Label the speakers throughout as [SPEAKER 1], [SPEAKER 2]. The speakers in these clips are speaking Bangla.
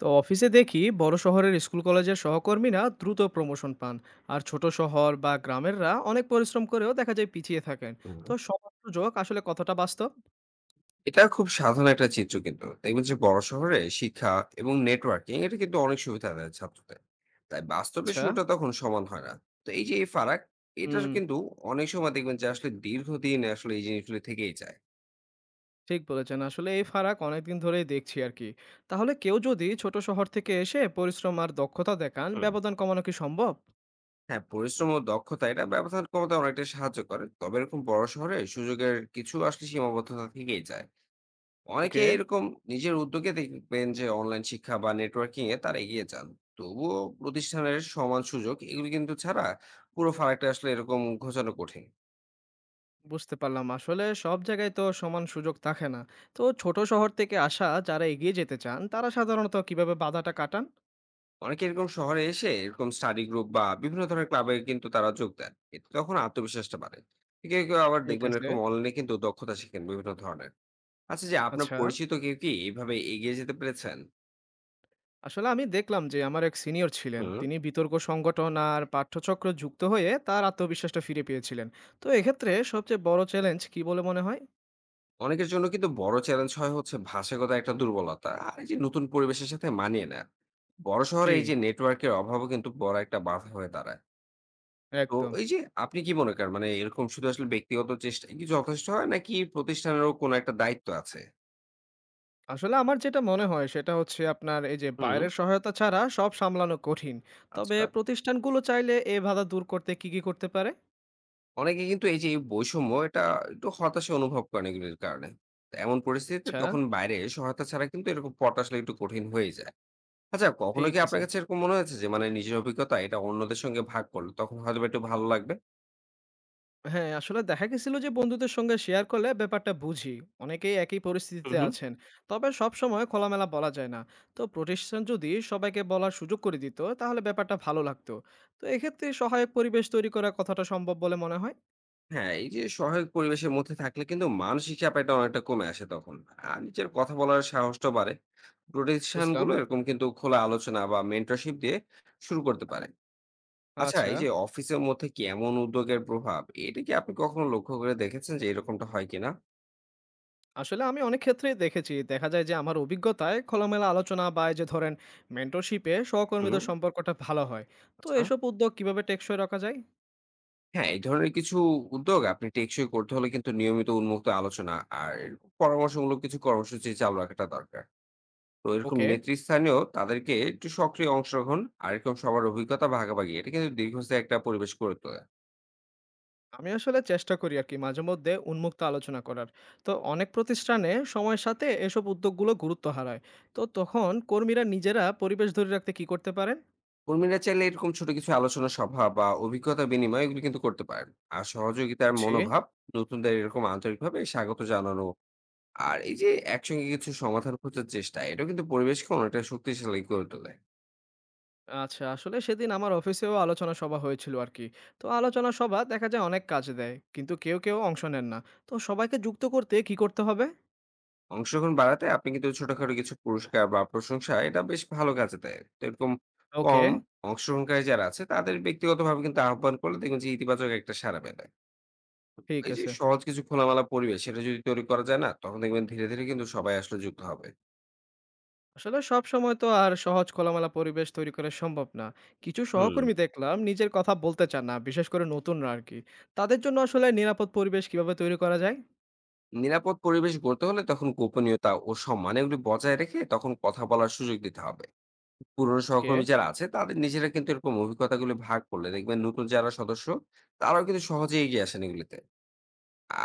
[SPEAKER 1] তো অফিসে দেখি বড় শহরের স্কুল কলেজের সহকর্মীরা দ্রুত প্রমোশন পান আর ছোট শহর বা গ্রামেররা অনেক পরিশ্রম করেও দেখা যায় পিছিয়ে থাকেন।
[SPEAKER 2] হুম।
[SPEAKER 1] তো সবার সুযোগ আসলে কতটা বাস্তব?
[SPEAKER 2] এটা খুব সাধারণ একটা চিত্র কিন্তু। দেখবেন যে বড় শহরে শিক্ষা এবং নেটওয়ার্কিং এটা কিন্তু অনেক সুবিধা দেয় ছাত্রদের। তাই বাস্তবে
[SPEAKER 1] আচ্ছা।
[SPEAKER 2] শুরুটা তখন সমান হয় না। তো এই যে এই ফারাক এটা
[SPEAKER 1] হুম।
[SPEAKER 2] কিন্তু অনেক সময় দেখবেন যে আসলে দীর্ঘদিন আসলে এই জিনিসগুলো থেকেই যায়।
[SPEAKER 1] ঠিক বলেছেন, আসলে এই ফারাক অনেকদিন ধরেই দেখছি আর কি। তাহলে কেউ যদি ছোট শহর থেকে এসে পরিশ্রম আর দক্ষতা দেখান,
[SPEAKER 2] হুম।
[SPEAKER 1] ব্যবধান কমানো কি সম্ভব?
[SPEAKER 2] হ্যাঁ, পরিশ্রম ও দক্ষতা এটা ব্যবধান কমাতে অনেকটাই সাহায্য করে। তবে এরকম বড় শহরে সুযোগের কিছু আসলে সীমাবদ্ধতা থেকেই যায়। অনেকে
[SPEAKER 1] ওকে।
[SPEAKER 2] এরকম নিজের উদ্যোগে দেখবেন যে অনলাইন শিক্ষা বা নেটওয়ার্কিং এ তারা এগিয়ে যান। তবুও প্রতিষ্ঠানের সমান সুযোগ এগুলো কিন্তু ছাড়া পুরো ফারাকটা আসলে এরকম ঘোচানো কঠিন।
[SPEAKER 1] বুঝতে পারলাম, আসলে সব জায়গায় তো সমান সুযোগ থাকে না। তো ছোট শহর থেকে আসা যারা এগিয়ে যেতে চান তারা সাধারণত কিভাবে বাধাটা কাটান?
[SPEAKER 2] অনেকে এরকম শহরে এসে এরকম স্টাডি গ্রুপ বা বিভিন্ন ধরনের ক্লাবে কিন্তু তারা যোগ দেন, এতে তখন আত্মবিশ্বাসটা বাড়ে। কেউ কেউ আবার
[SPEAKER 1] ঠিক
[SPEAKER 2] দেখবেন
[SPEAKER 1] আছে।
[SPEAKER 2] এরকম অনলাইনে কিন্তু দক্ষতা শিখেন বিভিন্ন ধরনের। আচ্ছা, যে আপনার
[SPEAKER 1] আচ্ছা।
[SPEAKER 2] পরিচিত কেউ কি এইভাবে এগিয়ে যেতে পেরেছেন?
[SPEAKER 1] আসলে আমি দেখলাম যে আমার এক সিনিয়র ছিলেন,
[SPEAKER 2] হুম।
[SPEAKER 1] তিনি বিতর্ক সংগঠন আর পাঠ্যচক্র যুক্ত হয়ে তার আত্মবিশ্বাসটা ফিরে পেয়েছিলেন। তো এক্ষেত্রে সবচেয়ে বড় চ্যালেঞ্জ কি বলে মনে হয়?
[SPEAKER 2] অনেকের জন্য কিন্তু বড় চ্যালেঞ্জ হয় হচ্ছে ভাষাগত একটা দুর্বলতা আর এই যে নতুন পরিবেশের সাথে মানিয়ে নেয়। বড়
[SPEAKER 1] জি।
[SPEAKER 2] শহরে এই যে নেটওয়ার্কের অভাবও কিন্তু বড় একটা বাধা হয়ে দাঁড়ায়। তো
[SPEAKER 1] একদম।
[SPEAKER 2] এই যে আপনি কি মনে করেন, মানে এরকম শুধু আসলে ব্যক্তিগত চেষ্টা কি যথেষ্ট হয় নাকি প্রতিষ্ঠানেরও কোনো একটা দায়িত্ব আছে?
[SPEAKER 1] আসলে আমার যেটা মনে হয় সেটা হচ্ছে আপনার এই যে
[SPEAKER 2] হুম।
[SPEAKER 1] বাইরের সহায়তা ছাড়া সব সামলানো কঠিন। তবে
[SPEAKER 2] আচ্ছা।
[SPEAKER 1] প্রতিষ্ঠানগুলো চাইলে এ বাধা দূর করতে কি কি করতে পারে?
[SPEAKER 2] অনেকে কিন্তু এই যে এই বৈষম্য এটা একটু হতাশা অনুভব করেন এগুলির কারণে। তো এমন পরিস্থিতিতে
[SPEAKER 1] আচ্ছা।
[SPEAKER 2] তখন বাইরে সহায়তা ছাড়া কিন্তু এরকম পট আসলে একটু কঠিন হয়ে যায়। আচ্ছা, কখনো
[SPEAKER 1] ঠিক
[SPEAKER 2] কি
[SPEAKER 1] আছে।
[SPEAKER 2] আপনার কাছে এরকম মনে হয়েছে যে মানে নিজের অভিজ্ঞতা এটা অন্যদের সঙ্গে ভাগ করলে তখন হয়তোবা একটু ভালো লাগবে?
[SPEAKER 1] হ্যাঁ, আসলে দেখা গেছিল যে বন্ধুদের সঙ্গে শেয়ার করলে ব্যাপারটা বুঝি। অনেকেই একই
[SPEAKER 2] হুম,
[SPEAKER 1] পরিস্থিতিতে
[SPEAKER 2] হুম।
[SPEAKER 1] আছেন। তবে সবসময় খোলামেলা বলা যায় না। তো প্রতিষ্ঠান যদি সবাইকে বলার সুযোগ করে দিত তাহলে ব্যাপারটা ভালো লাগতো। তো এক্ষেত্রে সহায়ক পরিবেশ তৈরি করা কথাটা সম্ভব বলে মনে হয়?
[SPEAKER 2] হ্যাঁ, এই যে সহায়ক পরিবেশের মধ্যে থাকলে কিন্তু মানসিক চাপ এটা অনেকটা কমে আসে তখন। আর নিজের কথা বলার সাহসটা বাড়ে। প্রতিষ্ঠান
[SPEAKER 1] বুঝলাম।
[SPEAKER 2] গুলো এরকম কিন্তু খোলা আলোচনা বা মেন্টরশিপ দিয়ে শুরু করতে পারে। আচ্ছা,
[SPEAKER 1] আচ্ছা।
[SPEAKER 2] এই যে অফিসের মধ্যে কি এমন উদ্যোগের প্রভাব, এটা কি আপনি কখনো লক্ষ্য করে দেখেছেন যে এরকমটা হয় কিনা?
[SPEAKER 1] আসলে আমি অনেক ক্ষেত্রেই দেখেছি। দেখা যায় যে আমার অভিজ্ঞতায় খোলামেলা আলোচনা বা এই যে ধরেন মেন্টরশিপে
[SPEAKER 2] হুম,
[SPEAKER 1] সহকর্মীদের সম্পর্কটা ভালো হয়। তো
[SPEAKER 2] আচ্ছা।
[SPEAKER 1] এসব উদ্যোগ কিভাবে টেকসই রাখা যায়?
[SPEAKER 2] হ্যাঁ, এই ধরনের কিছু উদ্যোগ আপনি টেকসই করতে হলে কিন্তু নিয়মিত উন্মুক্ত আলোচনা আর এরকম পরামর্শমূলক কিছু কর্মসূচি চালু রাখাটা দরকার। তো এরকম
[SPEAKER 1] ওকে।
[SPEAKER 2] নেতৃস্থানীয় তাদেরকে একটু সক্রিয় অংশগ্রহণ আর এরকম সবার অভিজ্ঞতা ভাগাভাগি এটা কিন্তু দীর্ঘস্থায়ী একটা পরিবেশ গড়ে তোলে।
[SPEAKER 1] আমি আসলে চেষ্টা করি আর কি মাঝে মধ্যে উন্মুক্ত আলোচনা করার। তো অনেক প্রতিষ্ঠানে সময়ের সাথে এসব উদ্যোগগুলো গুরুত্ব হারায়। তো তখন কর্মীরা নিজেরা পরিবেশ ধরে রাখতে কি করতে পারেন?
[SPEAKER 2] কর্মীরা চাইলে এরকম ছোট কিছু আলোচনা সভা বা অভিজ্ঞতা বিনিময় এগুলো কিন্তু করতে পারেন। আর সহযোগিতার
[SPEAKER 1] বুঝছি।
[SPEAKER 2] মনোভাব, নতুনদের এরকম আন্তরিকভাবে স্বাগত জানানো আর এই যে একসঙ্গে কিছু সমাধান খোঁজার চেষ্টা এটাও কিন্তু পরিবেশকে অনেকটা শক্তিশালী করে তোলে।
[SPEAKER 1] আচ্ছা। আসলে সেদিন আমার অফিসেও আলোচনা সভা হয়েছিল আর কি। তো আলোচনা সভা দেখা যায় অনেক কাজ দেয়, কিন্তু কেউ কেউ অংশ নেন না। তো সবাইকে যুক্ত করতে কি করতে হবে?
[SPEAKER 2] অংশগ্রহণ বাড়াতে আপনি কিন্তু ছোটখাটো কিছু পুরস্কার বা প্রশংসা এটা বেশ ভালো কাজে দেয়। তো এরকম
[SPEAKER 1] ওকে।
[SPEAKER 2] কম অংশগ্রহণকারী যারা আছে তাদের ব্যক্তিগতভাবে কিন্তু আহ্বান করলে দেখবেন যে ইতিবাচক একটা সাড়া মেলে।
[SPEAKER 1] ঠিক
[SPEAKER 2] এই যে
[SPEAKER 1] আছে।
[SPEAKER 2] সহজ কিছু খোলামেলা পরিবেশ সেটা যদি তৈরি করা যায় না, তখন দেখবেন ধীরে ধীরে কিন্তু সবাই আসলে যুক্ত হবে।
[SPEAKER 1] আসলে সব সময় তো আর সহজ খোলামেলা পরিবেশ তৈরি করা সম্ভব না। কিছু
[SPEAKER 2] হুম।
[SPEAKER 1] সহকর্মী দেখলাম নিজের কথা বলতে চান না, বিশেষ করে নতুনরা আরকি। তাদের জন্য আসলে নিরাপদ পরিবেশ কিভাবে তৈরি করা যায়?
[SPEAKER 2] নিরাপদ পরিবেশ গড়তে হলে তখন গোপনীয়তা ও সম্মান এগুলি বজায় রেখে তখন কথা বলার সুযোগ দিতে হবে। পুরনো
[SPEAKER 1] ওকে,
[SPEAKER 2] সহকর্মী যারা আছে তাদের নিজেরা কিন্তু এরকম অভিজ্ঞতাগুলি ভাগ করলে দেখবেন নতুন যারা সদস্য তারাও কিন্তু সহজে এগিয়ে আসেন এগুলিতে।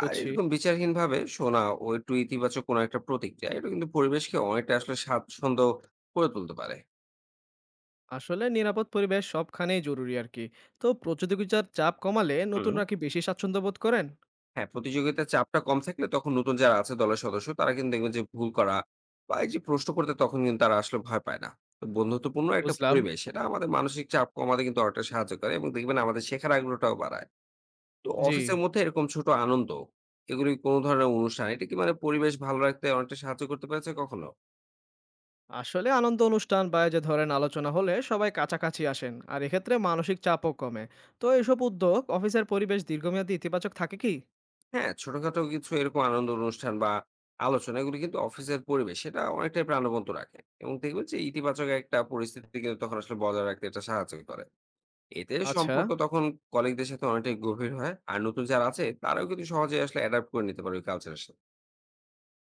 [SPEAKER 2] আর এরকম বিচারহীনভাবে শোনা ও একটু ইতিবাচক কোনো একটা প্রতিক্রিয়া এটা কিন্তু পরিবেশকে অনেকটা আসলে স্বাচ্ছন্দ্য করে তুলতে পারে।
[SPEAKER 1] আসলে নিরাপদ পরিবেশ সবখানেই জরুরি আরকি। তো প্রতিযোগিতার চাপ কমালে
[SPEAKER 2] হুম।
[SPEAKER 1] নতুনরা কি বেশি স্বাচ্ছন্দ্য বোধ করেন?
[SPEAKER 2] হ্যাঁ, প্রতিযোগিতার চাপটা কম থাকলে তখন নতুন যারা আছে দলের সদস্য তারা কিন্তু দেখবেন যে ভুল করা বা এই যে প্রশ্ন করতে তখন কিন্তু তারা আসলে ভয় পায় না। তো বন্ধুত্বপূর্ণ একটা
[SPEAKER 1] বুঝলাম।
[SPEAKER 2] পরিবেশ এটা আমাদের মানসিক চাপ কমাতে কিন্তু অনেকটা সাহায্য করে এবং দেখবেন আমাদের শেখার আগ্রহটাও বাড়ায়। তো
[SPEAKER 1] জি।
[SPEAKER 2] অফিসের মধ্যে এরকম ছোট আনন্দ এগুলি কোনো ধরনের অনুষ্ঠান এটা কি মানে পরিবেশ ভালো রাখতে অনেকটা সাহায্য করতে পেরেছে কখনো?
[SPEAKER 1] আসলে আনন্দ অনুষ্ঠান বা এই যে ধরেন আলোচনা হলে সবাই কাছাকাছি আসেন। আর এক্ষেত্রে মানসিক চাপও কমে। তো এসব উদ্যোগ অফিসের পরিবেশ দীর্ঘমেয়াদী ইতিবাচক থাকে কি?
[SPEAKER 2] হ্যাঁ, ছোটখাটো কিছু এরকম আনন্দ অনুষ্ঠান বা আলোচনা এগুলো কিন্তু অফিসের পরিবেশ সেটা অনেকটাই প্রাণবন্ত রাখে এবং দেখবেন যে ইতিবাচক একটা পরিস্থিতি কিন্তু তখন আসলে বজায় রাখতে এটা সাহায্য করে। এতে
[SPEAKER 1] আচ্ছা।
[SPEAKER 2] সম্পর্ক তখন কলিগদের সাথে অনেকটাই গভীর হয়। আর নতুন যারা আছে তারাও কিন্তু সহজেই আসলে অ্যাডাপ্ট করে নিতে পারে ওই কালচারের সাথে।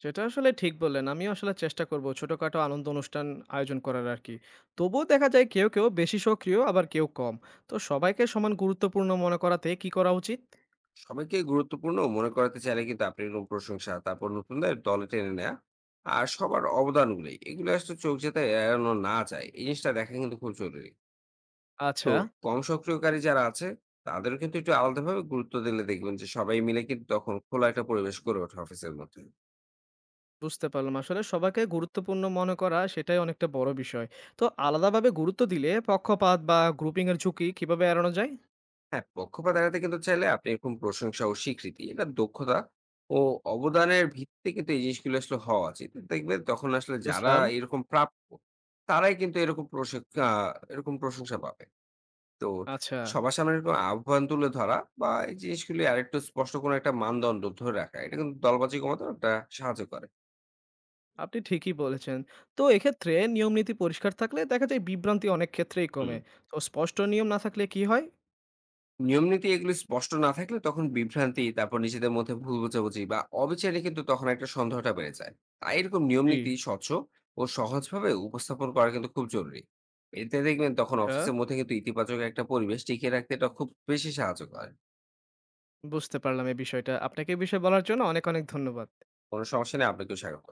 [SPEAKER 1] সেটা আসলে ঠিক বললেন। আমিও আসলে চেষ্টা করব ছোটখাটো আনন্দ অনুষ্ঠান আয়োজন করার আরকি। তবুও দেখা যায় কেউ বেশি সক্রিয় আবার কেউ কম। তো সবাইকে সমান গুরুত্বপূর্ণ মনে করাতে কি করা উচিত?
[SPEAKER 2] সবাইকে গুরুত্বপূর্ণ মনে করাতে চাইলে কিন্তু আপনি এরকম প্রশংসা, তারপর নতুনদের দলে টেনে নেয়া আর সবার অবদানগুলোই এগুলো আসলে চোখ যাতে এড়ানো না যায় এই জিনিসটা দেখা কিন্তু খুব জরুরি। তো
[SPEAKER 1] আচ্ছা,
[SPEAKER 2] কম সক্রিয়কারী যারা আছে তাদেরও কিন্তু একটু আলাদাভাবে গুরুত্ব দিলে দেখবেন যে সবাই মিলে কিন্তু তখন খোলা একটা পরিবেশ গড়ে ওঠে অফিসের মধ্যে।
[SPEAKER 1] বুঝতে পারলাম। আসলে সবাইকে গুরুত্বপূর্ণ মনে করা সেটাই অনেকটা বড় বিষয়। তো আলাদাভাবে গুরুত্ব দিলে পক্ষপাত বা গ্রুপিং এর ঝুঁকি কিভাবে এড়ানো যায়?
[SPEAKER 2] হ্যাঁ, পক্ষপাত এড়াতে কিন্তু চাইলে আপনি এরকম প্রশংসা ও স্বীকৃতি এটা দক্ষতা ও অবদানের ভিত্তিতে কিন্তু এই জিনিসগুলো আসলে হওয়া উচিত। দেখবেন তখন আসলে যারা
[SPEAKER 1] বুঝলাম।
[SPEAKER 2] এরকম প্রাপ্য তারাই কিন্তু এরকম প্রশংসা প্রশংসা পাবে। তো
[SPEAKER 1] আচ্ছা,
[SPEAKER 2] সবার সামনে এরকম আহ্বান তুলে ধরা বা এই জিনিসগুলি আরেকটু স্পষ্ট কোনো একটা মানদণ্ড ধরে রাখা এটা কিন্তু দলবাজি কমাতে একটা সাহায্য করে।
[SPEAKER 1] আপনি ঠিকই বলেছেন। তো এক্ষেত্রে নিয়ম নীতি পরিষ্কার থাকলে দেখা যায় বিভ্রান্তি অনেক ক্ষেত্রেই
[SPEAKER 2] হুম।
[SPEAKER 1] কমে। তো স্পষ্ট নিয়ম না থাকলে কি হয়?
[SPEAKER 2] নিয়মনীতি এগুলি স্পষ্ট না থাকলে তখন বিভ্রান্তি, তারপর নিজেদের মধ্যে ভুল বোঝাবুঝি বা অবিচারে কিন্তু তখন একটা সন্দেহটা বেড়ে যায়। তাই এরকম
[SPEAKER 1] জি,
[SPEAKER 2] নিয়মনীতি স্বচ্ছ ও সহজভাবে উপস্থাপন করা কিন্তু খুব জরুরি। এতে দেখবেন তখন
[SPEAKER 1] আচ্ছা।
[SPEAKER 2] অফিসের মধ্যে কিন্তু ইতিবাচক একটা পরিবেশ টিকিয়ে রাখতে এটা খুব বেশি সাহায্য করে।
[SPEAKER 1] বুঝতে পারলাম এই বিষয়টা। আপনাকে এই বিষয়ে বলার জন্য অনেক ধন্যবাদ।
[SPEAKER 2] কোনো সমস্যা নেই, আপনাকেও স্বাগত।